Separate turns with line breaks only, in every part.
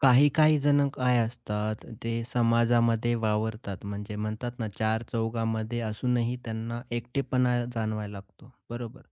काही काही जण काय असतात, ते समाजामध्ये वावरतात. म्हणजे म्हणतात ना, चार चौघामध्ये असूनही त्यांना एकटेपणा जाणवायला लागतो, बरोबर?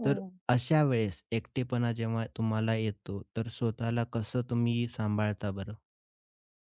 हो
तर
ना.
अशा वेळेस एकटेपणा जेव्हा तुम्हाला येतो, तर स्वतःला कसं तुम्ही सांभाळता बरं?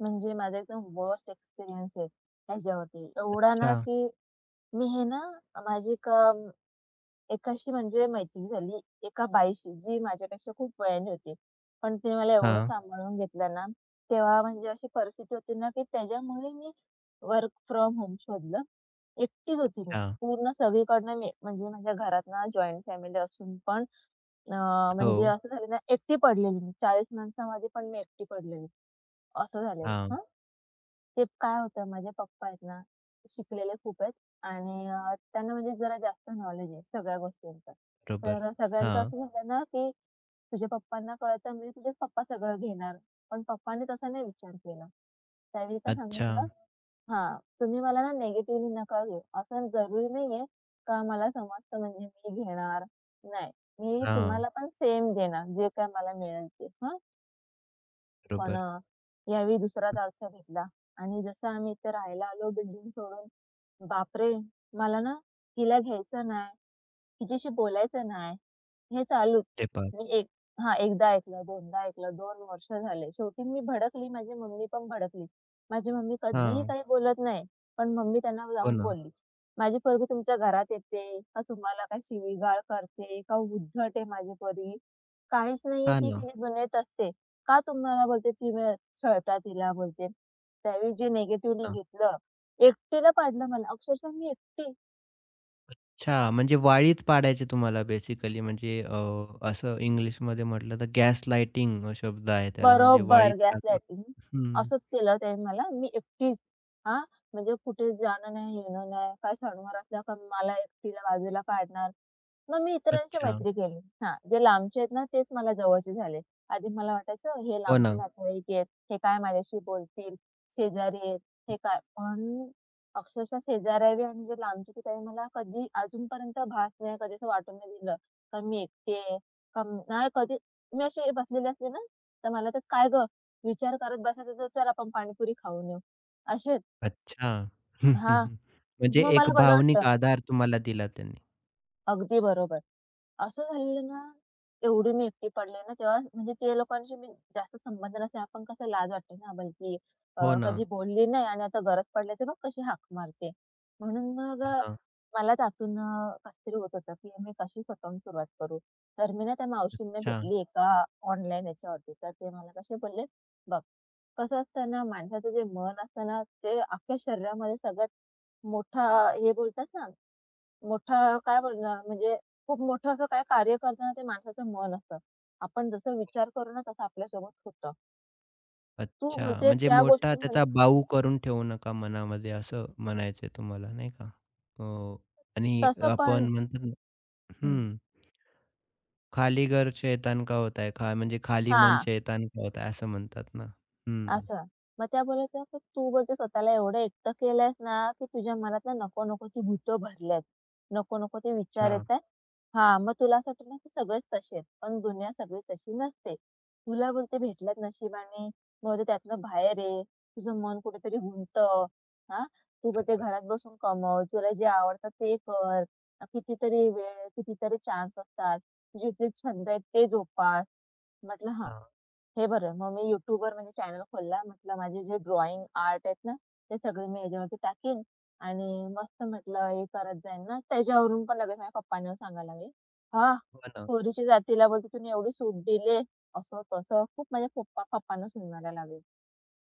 म्हणजे माझा एकदम वर्स्ट एक्सपिरियन्स आहे ह्याच्यावरती. एवढा ना,
अच्छा.
की मी हे ना माझी एक एकाशी म्हणजे मैत्री झाली एका बाईशी जी माझ्यापेक्षा खूप वयाने होती. पण तिने मला एवढं
हां,
सांभाळून घेतलं ना, तेव्हा म्हणजे अशी परिस्थिती होती ना, की त्याच्यामुळे मी वर्क फ्रॉम होम शोधलं. एकटीच होती मी.
हां.
पूर्ण सगळीकडनं मी म्हणजे माझ्या घरात ना जॉइंट फॅमिली असून पण अ,
हो.
म्हणजे असं झालं ना, एकटी पडलेली मी. 40 माणसामध्ये पण मी एकटी पडलेली. असं झालेलं.
हां,
ते काय होतं माझे पप्पा आहेत ना, शिकलेले खूप आहेत आणि त्यांना म्हणजे जरा जास्त नॉलेज आहे सगळ्या गोष्टींचं.
बरोबर.
तर सगळ्यांचं
हां.
असं झालं ना, की तुझ्या पप्पांना कळतं म्हणजे तुझेच पप्पा सगळं घेणार. पण पप्पांनी तसा नाही विचार केला. त्यावेळी काय
अच्छा.
सांगितलं हां, तुम्ही मला ना निगेटिव्हली नका घेऊ. असं जरुरी नाहीये का मला समजतं म्हणजे मी घेणार. नाही, मी
हां,
तुम्हाला पण सेम देणार जे काय मला मिळेल ते. हां. पण
बरोबर.
यावेळी दुसराच आरसा घेतला आणि जसं आम्ही इथे राहायला आलो बिल्डिंग सोडून, बापरे! मला ना तिला घ्यायचं नाही, तिच्याशी बोलायचं नाही. हे चालूच.
ते पण.
मी एक हां, एकदा ऐकलं, दोनदा ऐकलं, 2 वर्ष झाले. शेवटी मी भडकली, माझी मम्मी पण भडकली. माझी मम्मी कधीही काही बोलत नाही, पण मम्मी त्यांना
हो
जाऊन
ना.
बोलली, "माझी पोरगी तुमच्या घरात येते का तुम्हाला काय शिवीगाळ करते का उद्धट आहे माझी पोरगी? काहीच नाहीये
हां
ती,
ना.
तिने दुनियेत असते. का तुम्हाला बोलते तुम्ही छळता तिला?" बोलते. त्यावेळी जे निगेटिव्हली
हां.
घेतलं, एकटीला पाडलं मला. अक्षरशः मी एकटी.
अच्छा, म्हणजे वाळीत पाडायचे तुम्हाला बेसिकली म्हणजे असं इंग्लिशमध्ये म्हटलं तर गॅसलाइटिंग शब्द आहे त्याला म्हणजे
बरोबर
वाळीत टाकणं.
गॅसलायटिंग.
हं.
असंच केलं त्याने मला. मी एकटीच हां, म्हणजे कुठे जाणं नाही, येणं नाही. काय सणवार असला का मला एकटीला बाजूला काढणार. मग मी इतरांशी
अच्छा.
मैत्री केली. हां, जे लांबचे आहेत ना, तेच मला जवळचे झाले. आधी मला वाटायचं हे
हो
लांबचे
ना.
नातेवाईक आहेत, हे काय माझ्याशी बोलतील, शेजारी आहेत, हे काय पण अक्षरशः शेजाऱ्याबी आणि जे लांबचे ते काही मला कधी अजूनपर्यंत भास नाही, कधी असं वाटून नाही दिलं, का मी एकटी आहे, का नाही कधी मी अशी बसलेली असते ना, तर मला तर "काय गं, विचार करत बसायचं तर चल आपण पाणीपुरी खाऊन येऊ." असे
अच्छा. हं, हं,
हां,
हं. म्हणजे
मग
एक
मला बरं
भावनिक
वाटतं.
आधार तुम्हाला दिला त्यांनी.
अगदी बरोबर. असं झालेलं ना, एवढी मी एकटी पडले ना तेव्हा म्हणजे ते लोकांशी मी जास्त संबंध नसल्यामुळे आपण कसं लाज वाटते ना बलकी
हो ना,
कधी बोलली नाही आणि आता गरज पडली तर बघ कशी हाक मारते. म्हणून मग
हो ना.
मला त्यातून कसंतरी होत होतं, की मी कशी स्वतःहून सुरुवात करू? तर मी ना त्या मावशींना
अच्छा,
भेटली एका ऑनलाईन याच्यावरती. तर ते मला कसे बोलले, "बघ, कसं असतं ना माणसाचं जे मन असतं ना, ते अख्ख्या शरीरामध्ये सगळ्यात मोठा हे बोलतात ना मोठं काय बोलणार म्हणजे खूप मोठं असं काय कार्य करताना ते माणसाचं मन असतं. आपण जसं विचार करू ना, तसं आपल्यासोबत होतं. तू
अच्छा.
बोलते
म्हणजे
त्या
मोठा
गोष्टींमध्ये
त्याचा बाऊ करून ठेवू नका मनामध्ये असं म्हणायचंय तुम्हाला नाही का? हो आणि
तसं पण
आपण म्हणतो ना
हं.
हं. खाली घर शैतान का होता है, म्हणजे खाली मन
हां.
शैतान का होता है असं म्हणतात ना. हं.
असं. मग त्या बोलायच्या, "तर तू म्हणजे स्वतःला एवढं एकटं केलंयस ना, की तुझ्या मनात ना नको-नकोची भूतं भरल्यात. नको-नको ते विचार
अच्छा.
येतायत. हां, मग तुला असं वाटतं ना की सगळेच तसे आहेत, पण दुनिया सगळी तशी नसते. तुला बोलते भेटल्यात नशिबाने, मग ते त्यातनं बाहेर ये. तुझं मन कुठेतरी गुंतं. हां, तू बोलते
बरोबर.
घरात बसून कमव. तुला जे आवडतं ते कर. कितीतरी वेळ, कितीतरी चान्स असतात. तुझे जे छंद आहेत ते जोपास." म्हटलं, "हां."
हां.
हे बरं, मग मी YouTubeवर म्हणजे चॅनल खोलला. म्हटलं माझे जे ड्रॉइंग, आर्ट आहेत ना, ते सगळे मी याच्यावरती टाकीन आणि मस्त म्हटलं हे करत जाईन ना. त्याच्यावरून पण लगेच माझ्या पप्पांना सांगायला लागले, "हां,
हो ना.
पोरीची जातीला बोलते तुम्ही एवढी सूट दिली." असं-तसं खूप माझ्या पप्पांना सुनायला लागले.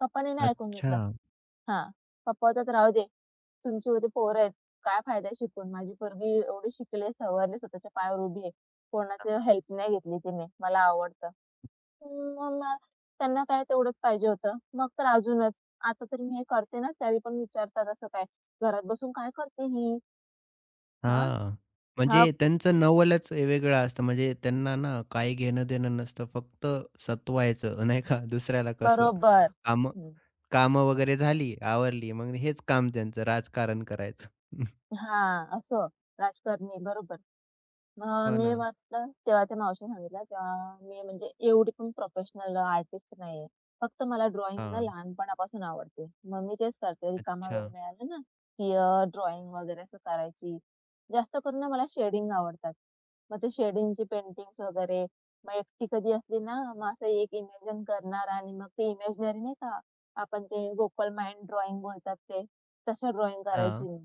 पप्पांनी नाही ऐकून
अच्छा.
घेतलं. हां, पप्पा होतात राहू दे, तुमची एवढी पोरं आहेत, काय फायदा शिकून. माझी पोरगी एवढी शिकली, सवरली, स्वतःच्या पायावर उभी आहे. कोणाची हेल्प नाही घेतली तिने. मला आवडतं. मला त्यांना काय तेवढंच पाहिजे होतं. मग तर अजूनच. आता तरी मी हे करते ना, त्यावेळी पण विचारतात असं काय, "घरात बसून काय करते ही? हां?"
हां. म्हणजे
हां,
त्यांचं नवलच वेगळं असतं. म्हणजे त्यांना ना काही घेणं-देणं नसतं. फक्त सतवायचं नाही का दुसऱ्याला कसं.
बरोबर.
कामं
हं.
कामं वगैरे झाली, आवरली. मग हेच काम त्यांचं राजकारण करायचं.
हां, असं राजकारणी, बरोबर. अ,
हो ना.
मी म्हटलं तेव्हा त्या मावशीने सांगितलं तेव्हा मी म्हणजे एवढी पण प्रोफेशनल आर्टिस्ट नाहीये. फक्त मला ड्रॉइंग ना
हां.
लहानपणापासून आवडते. मग मी तेच करते. रिकामा
अच्छा.
वेळ मिळाला ना, की ड्रॉइंग वगैरे असं करायची. जास्त करून ना मला शेडिंग आवडतात. मग ते शेडिंगची पेंटिंग्स वगैरे. मग एकटी कधी असली ना, मग असं एक इमॅजिन करणार आणि मग ते इमॅजिनरी नाही का, आपण ते गोकल माइंड ड्रॉइंग बोलतात ते, तसं ड्रॉइंग करायची
हां.
मी.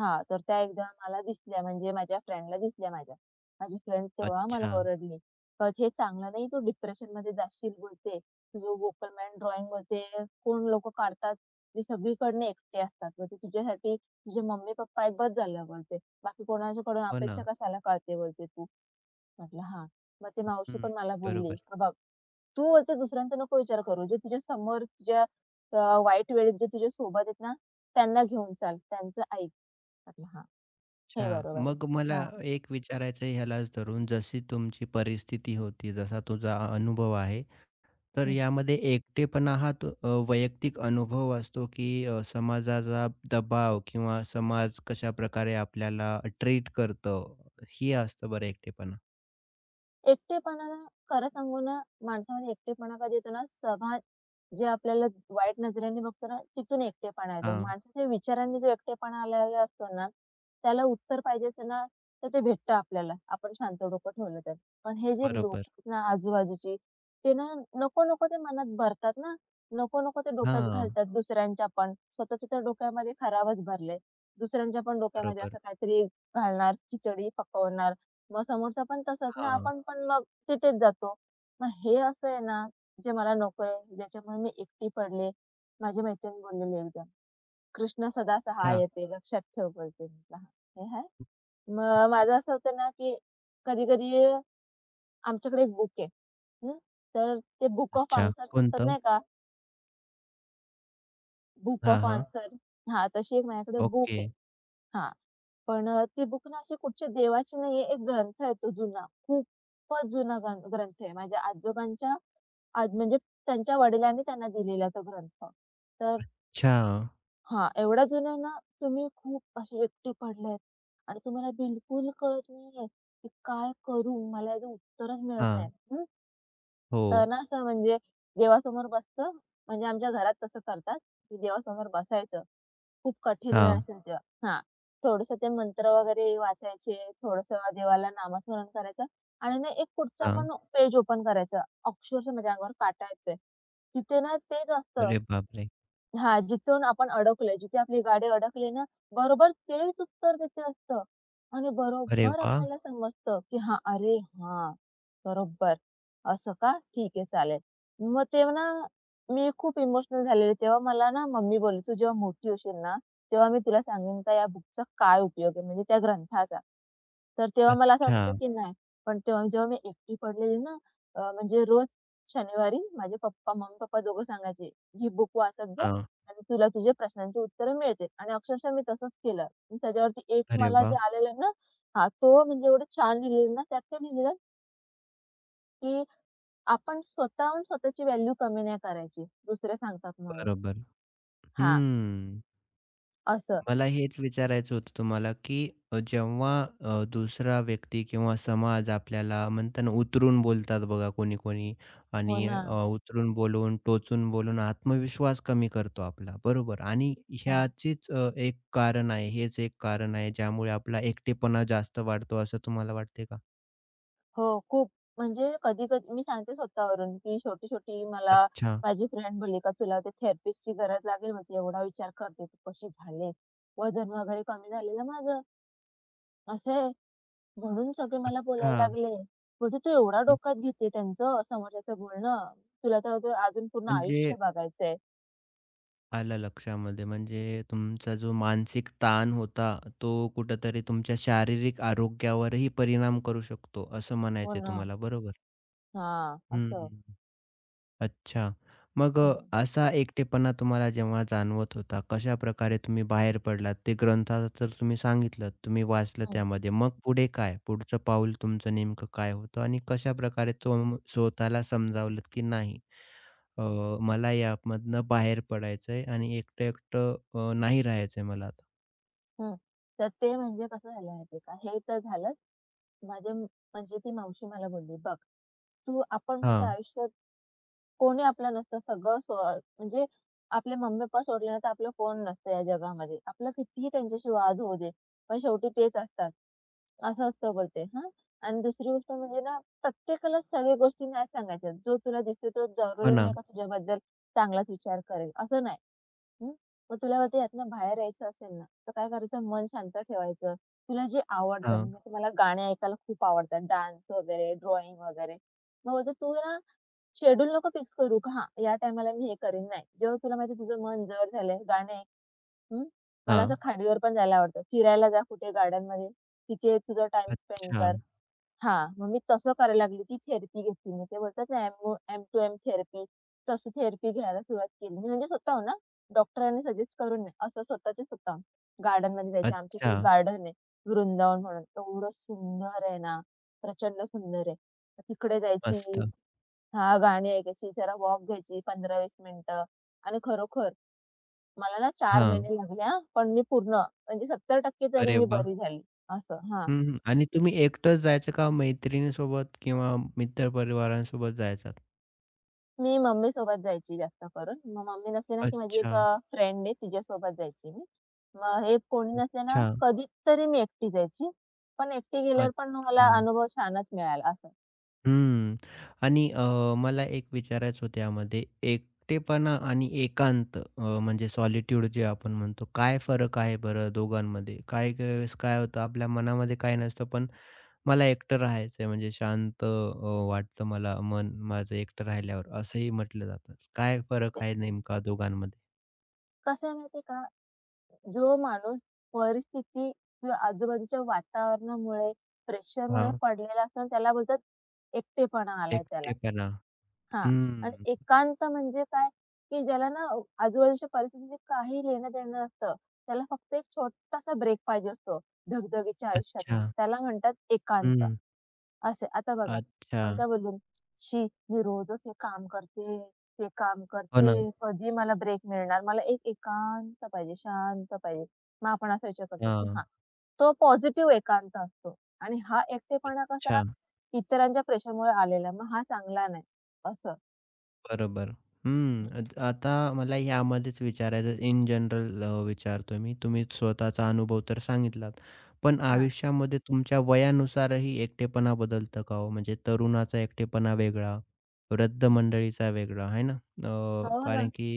हां, तर त्या एकदा मला दिसल्या म्हणजे माझ्या फ्रेंडला दिसल्या माझ्या. माझी फ्रेंड तेव्हा मला
अच्छा.
ओरडली, हे चांगलं नाही, तू डिप्रेशनमध्ये जाशील" बोलते. "तुझं वोकल मेंड ड्रॉइंगमध्ये कोण लोकं काढतात, जे सगळीकडनं एकटे असतात. मग ते तुझ्यासाठी तुझे मम्मी-पप्पा आहेत, बस झालं" बोलते. "बाकी कोणाच्याकडून
हो ना.
अपेक्षा कशाला पाळते" बोलते "तू." म्हटलं, "हां." मग ती मावशी
हं.
पण मला बोलली,
बरोबर.
"हे बघ, तू बोलते दुसऱ्यांचा नको विचार करू. जे तुझ्या समोर तुझ्या अ, वाईट वेळेत जे तुझ्या सोबत आहेत ना, त्यांना घेऊन चाल, त्यांचं ऐक." म्हटलं, "हां, हे
अच्छा.
बरोबर आहे."
मग मला
हां.
एक विचारायचं आहे ह्यालाच धरून, जशी तुमची परिस्थिती होती, जसा तुझा अनुभव आहे, तर यामध्ये एकटेपणा हा तो वैयक्तिक अनुभव असतो, की समाजाचा दबाव किंवा समाज कशा कशाप्रकारे आपल्याला ट्रीट करतो, हे असतं बरं एकटेपणा.
एकटेपणा ना, खरं सांगू ना, माणसामध्ये एकटेपणा कधी येतो ना, समाज जे आपल्याला वाईट नजरेने बघतो ना, तिथून एकटेपणा येतो.
हां,
माणसाच्या विचारांनी जो एकटेपणा आलेला असतो ना, त्याला उत्तर पाहिजे असतं ना, तर ते भेटतं आपल्याला. आपण शांत डोकं ठेवलं तर. पण हे जे
बरोबर.
लोक ना आजूबाजूची, ते ना नको-नको ते मनात भरतात ना, नको-नको ते डोक्यात
हां,
घालतात दुसऱ्यांच्या पण. स्वतःच्या तर डोक्यामध्ये खराबच भरलंय. दुसऱ्यांच्या पण डोक्यामध्ये
बरोबर.
असं काहीतरी घालणार, खिचडी पकवणार. मग समोरचा पण तसंच ना,
हां.
आपण पण मग तिथेच जातो. मग हे असं आहे ना, जे मला नकोय, ज्याच्यामुळे मी एकटी पडले. माझी मैत्रीण बोललेली एकदा, "कृष्ण सदा
अच्छा,
सहाय्यते, लक्षात ठेव" बोलते. म्हटलं, "हां, हे आहे." मग माझं असं होतं ना, की कधी-कधी आमच्याकडे एक बुक आहे. हं, तर ते बुक ऑफ
अच्छा.
आन्सर्स असतात
कोणतं?
नाही का, बुक
हां,
ऑफ
हां.
आन्सर हां, तशी एक माझ्याकडे बुक
ओके.
आहे. हां, पण ती बुक ना अशी कुठच्या देवाची नाहीये, एक ग्रंथ आहे तो जुना, खूपच जुना ग्रंथ आहे. माझ्या आजोबांच्या आज म्हणजे त्यांच्या वडिलांनी त्यांना दिलेला तो ग्रंथ. तर
अच्छा.
हां, एवढ्या जुन्या ना तुम्ही खूप असे एकटे पडलेत आणि तुम्हाला बिलकुल कळत नाहीये, की काय करू? मला याचं उत्तरच मिळत नाही.
हां.
हं. तर
हो.
ना असं म्हणजे देवासमोर बसतं म्हणजे आमच्या घरात तसं करतात, की देवासमोर बसायचं खूप कठीण वेळ
हां,
असेल तेव्हा. हां. थोडंसं ते मंत्र वगैरे वाचायचे, थोडंसं देवाला नामस्मरण करायचं आणि ना एक कुठचा
हां.
पण पेज ओपन करायचं. अक्षरशः माझ्या अंगावर काटा येतोय. तिथे ना तेच असतं
अरे बापरे!
हां, जिथून आपण अडकलोय, जिथे आपली गाडी अडकली ना, बरोबर तेच उत्तर तिथे असतं आणि
अरे
बरोबर
वाह!
आपल्याला समजतं, की हां, अरे हां, बरोबर. असं का? ठीक आहे, चालेल. मग तेव्हा ना, मी खूप इमोशनल झालेले. तेव्हा मला ना मम्मी बोलली, "तू जेव्हा मोठी होशील ना, तेव्हा मी तुला सांगेन का या बुकचा काय उपयोग आहे?" म्हणजे त्या ग्रंथाचा. तर तेव्हा मला असं
अच्छा.
वाटायचं, की नाही. पण तेव्हा जेव्हा मी एकटी पडलेली ना, म्हणजे रोज शनिवारी माझे पप्पा, मम्मी-पप्पा दोघं सांगायचे, "ही बुक वाचत जा
हां.
आणि तुला तुझ्या प्रश्नांची उत्तरं मिळतील आणि अक्षरशः मी तसंच केलं. आणि त्याच्यावरती एक
अरे
मला जे
वाह!
आलेलं ना हां, तो म्हणजे एवढं छान लिहिलेलं ना, त्यात काय लिहिलेलं, की आपण स्वतःहून स्वतःची व्हॅल्यू कमी नाही करायची, दुसरे सांगतात म्हणून.
बरोबर.
हां,
हम्म.
असं.
मला हेच विचारायचं होतं तुम्हाला, की जेव्हा दुसरा व्यक्ती किंवा समाज आपल्याला म्हणतात ना, उतरून बोलतात बघा कोणी-कोणी
हो
आणि
ना.
उतरून बोलून, टोचून बोलून आत्मविश्वास कमी करतो आपला, बरोबर. आणि
हो.
ह्याचीच एक कारण आहे, हेच एक कारण आहे ज्यामुळे आपला एकटेपणा जास्त वाढतो असं तुम्हाला वाटते का?
हो, खूप. म्हणजे कधी-कधी मी सांगते स्वतःवरून, की छोटी-छोटी मला
अच्छा.
माझी फ्रेंड बोलली, "का तुला ते थेरपिस्टची गरज लागेल." म्हटली, "एवढा विचार करते, तू कशी झालीस? वजन वगैरे कमी झालेलं माझं." असं आहे. म्हणून सगळे मला
अच्छा.
बोलायला लागले. बोलते, "तू एवढा
हं,
डोक्यात घेते त्यांचं समाजाचं बोलणं. तुला तर ते अजून पूर्ण
म्हणजे
आयुष्य बघायचंय."
आलं लक्षामध्ये. म्हणजे तुमचा जो मानसिक ताण होता, तो कुठेतरी तुमच्या शारीरिक आरोग्यावरही परिणाम करू शकतो, असं
हो
म्हणायचंय
ना.
तुम्हाला, बरोबर?
हां, असं.
हं. अच्छा. मग
हं,
असा एकटेपणा तुम्हाला जेव्हा जाणवत होता, कशाप्रकारे तुम्ही बाहेर पडलात? ते ग्रंथाचं तर तुम्ही सांगितलंत, तुम्ही वाचलं
हं,
त्यामध्ये. मग पुढे काय? पुढचं पाऊल तुमचं नेमकं काय होतं आणि कशाप्रकारे तुम स्वतःला समजावलंत की नाही अ, मला यामधनं बाहेर पडायचंय आणि एकटं-एकटं नाही राहायचंय मला आता?
हं. तर ते म्हणजे कसं झालं माहिती का, हे तर झालंच. माझे म्हणजे ती मावशी मला बोलली, "बघ, तू आपण म्हणजे
हां.
आयुष्यात कोणी आपलं नसतं सगळं स्व म्हणजे आपले मम्मी-पप्पा सोडले ना तर आपलं कोण नसतं या जगामध्ये. आपलं कितीही त्यांच्याशी वाद होऊ दे, पण शेवटी तेच असतात." असं असतं बोलते हां. आणि दुसरी गोष्ट म्हणजे ना, प्रत्येकाला सगळ्या गोष्टी नाही सांगायच्या. जो तुला दिसतो तो
हो
जरुरी
ना.
नाही का तुझ्याबद्दल चांगलाच विचार करेल, असं नाही. हं. मग तुला वाटतं यातनं बाहेर यायचं असेल ना, तर काय करायचं मन शांत ठेवायचं. तुला जे आवडतं
हां,
म्हणजे मला गाणे ऐकायला खूप आवडतात, डान्स वगैरे, ड्रॉइंग वगैरे. मग बोलते तू ना शेड्यूल नको फिक्स करू, का हां, या टायमाला मी हे करीन. नाही. जेव्हा तुला माहिती तुझं मन जड झालंय, गाणे हं. मला असं
हां.
खाडीवर पण जायला आवडतं. फिरायला जा कुठे गार्डनमध्ये. तिथे तुझा टाईम स्पेंड
अच्छा,
कर. हां, मग मी तसं करायला लागली. ती थेरपी घेतली मी. ते बोलतात ना M M two M therapy. तसं थेरपी घ्यायला सुरुवात केली. मी म्हणजे स्वतःहून हां. डॉक्टरांनी सजेस्ट करून नाही. असं स्वतःच्या स्वतःहून. गार्डनमध्ये जायचे. आमच्या इथे
अच्छा.
गार्डन आहे. वृंदावन म्हणून. एवढं सुंदर आहे ना. प्रचंड सुंदर आहे. तिकडे जायची.
मस्त.
हां, गाणी ऐकायची. जरा वॉक घ्यायची 15-20 मिनिटं आणि खरोखर मला ना 4
हां.
महिने लागले हां, पण मी पूर्ण म्हणजे 70% तरी
अरे
मी
वाह!
बरी झाली असं. हां,
हं, हं. आणि तुम्ही एकटंच जायचं का मैत्रिणीसोबत किंवा मित्रपरिवारांसोबत जायचात?
मी मम्मीसोबत जायची जास्त करून. मग मम्मी नसली ना, की माझी एक
अच्छा,
फ्रेंड आहे तिच्यासोबत जायची मी. मग हे कोणी नसले ना,
अच्छा,
कधीतरी मी एकटी जायची. पण एकटी गेल्यावर पण मला
अच्छा.
अनुभव छानच मिळाला असं.
हं. आणि मला एक विचारायचं होतं यामध्ये एकटेपणा आणि एकांत म्हणजे सॉलिट्यूड जे आपण म्हणतो, काय फरक आहे बरं दोघांमध्ये? काही-काही वेळेस काय होतं आपल्या मनामध्ये काही नसतं, पण मला एकटं राहायचंय म्हणजे शांत वाटतं मला मन माझं एकटं राहिल्यावर, असंही म्हटलं जातं. काय फरक
ते
आहे नेमका दोघांमध्ये?
कसं आहे माहिती का, जो माणूस परिस्थिती किंवा आजूबाजूच्या वातावरणामुळे, प्रेशरमुळे
हां.
पडलेला असतो ना, त्याला बोलतात एकटेपणा आलाय त्याला.
एकटेपणा.
हां. आणि
हं.
एकांत म्हणजे काय, की ज्याला ना आजूबाजूच्या परिस्थितीशी काही लेणं-देणं नसतं. त्याला फक्त एक छोटासा ब्रेक पाहिजे असतो धगधगीच्या आयुष्यातनं.
अच्छा.
त्याला म्हणतात एकांत
हं.
असे. आता बघा,
अच्छा.
आपण काय बोललो, "छी! मी रोजच हे काम करते, ते काम
हो ना.
करते, कधी मला ब्रेक मिळणार? मला एक एकांत पाहिजे, शांत पाहिजे." मग आपण असा विचार करतो, की
हां.
हां, तो पॉझिटिव्ह एकांत असतो आणि हा एकटेपणा कसा
अच्छा.
इतरांच्या प्रेशरमुळे आलेला. मग हा चांगला नाही असं.
बरोबर. हं. आता मला यामध्येच विचारायचं इन जनरल अ, मी. तुम्ही स्वतःचा अनुभव तर सांगितलात. पण
हां,
आयुष्यामध्ये तुमच्या वयानुसारही एकटेपणा बदलतं का हो? म्हणजे तरुणाचा एकटेपणा वेगळा, वृद्ध
हं.
मंडळीचा वेगळा, आहे ना?
हो ना.
कारण की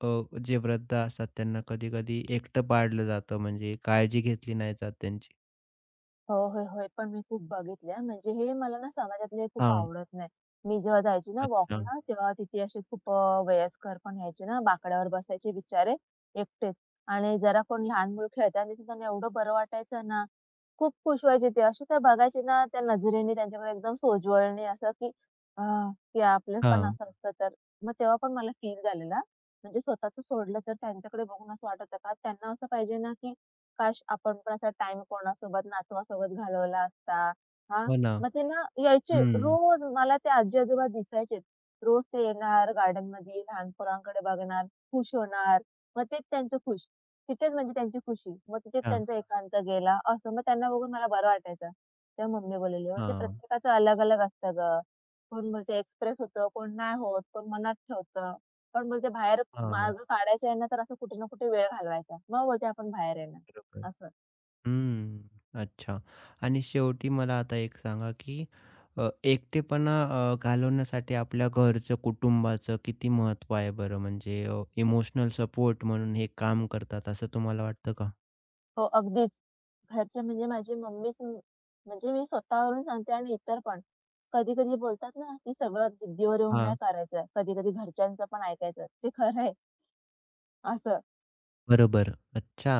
अ, जे वृद्ध असतात त्यांना कधी-कधी एकटं पाडलं जातं म्हणजे काळजी घेतली नाही जात त्यांची.
हो, होय, होय. पण मी खूप बघितल्या. म्हणजे हे मला ना समाजातले खूप आवडत नाही. मी जेव्हा जायची ना
अच्छा.
वॉकला, तेव्हा तिथे असे खूप वयस्कर पण यायचे ना, बाकड्यावर बसायचे बिचारे एकटेच आणि जरा कोण लहान मूल खेळताना दिसलं त्यांना एवढं बरं वाटायचं ना, खूप खुश व्हायचे ते. असे ते बघायचे ना, त्या नजरेने त्यांच्याकडे एकदम सोज्वळणे असं, की अ, की आपलं पण
हां.
असं असतं तर. मग तेव्हा पण मला फील झालेला. म्हणजे स्वतःचं सोडलं तर त्यांच्याकडे बघून असं वाटत होतं का त्यांना असं पाहिजे ना, की काश आपण पण असा टाईम कोणासोबत नातवासोबत घालवला असता. हां,
हो ना.
मग ते ना यायचे
हं.
रोज मला ते आजी-आजोबा दिसायचेच. रोज ते येणार गार्डनमध्ये, लहान पोरांकडे बघणार, खुश होणार. मग तेच त्यांचं खुश. तिथेच म्हणजे त्यांची खुशी. मग तिथेच
हां,
त्यांचा एकांत गेला असं. मग त्यांना बघून मला बरं वाटायचं. तेव्हा मम्मी बोललेली, "म्हणजे
हां,
प्रत्येकाचं अलग-अलग असतं गं. कोण बोलते एक्सप्रेस होतं, कोण नाही होत, कोण मनात ठेवतं, कोण बोलते बाहेर
हां.
मार्ग काढायचा आहे ना तर असं कुठे ना कुठे वेळ घालवायचा. मग बोलते आपण बाहेर येणार."
बरोबर.
असं.
हं. अच्छा. आणि शेवटी मला आता एक सांगा, की अ, एकटेपणा घालवण्यासाठी आपल्या घरचं, कुटुंबाचं किती महत्त्व आहे बरं? म्हणजे इमोशनल सपोर्ट म्हणून हे काम करतात असं तुम्हाला वाटतं का?
हो, अगदीच. घरचे म्हणजे माझी मम्मीच म्हणजे मी स्वतःवरून सांगते आणि इतर पण. कधी-कधी बोलतात ना, की सगळं जिद्दीवर येऊन नाही
हां.
करायचं. कधी-कधी घरच्यांचं पण ऐकायचं. ते खरं आहे असं.
बरोबर. अच्छा.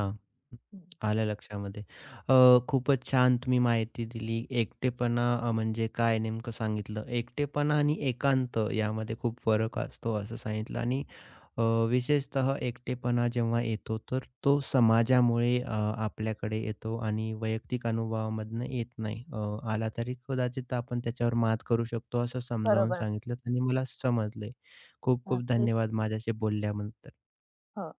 हं.
आलं लक्षामध्ये. अ, खूपच छान तुम्ही माहिती दिली. एकटेपणा म्हणजे काय नेमकं सांगितलं. एकटेपणा आणि एकांत यामध्ये खूप फरक असतो असं सांगितलं आणि अ, विशेषतः एकटेपणा जेव्हा येतो तर तो समाजामुळे आपल्याकडे येतो आणि वैयक्तिक अनुभवामधनं येत नाही. आला तरी कदाचित आपण त्याच्यावर मात करू शकतो असं समजावून
बरोबर.
सांगितलंत आणि मला समजलंय. खूप खूप
अगदीच.
धन्यवाद माझ्याशी बोलल्याबद्दल.
हो.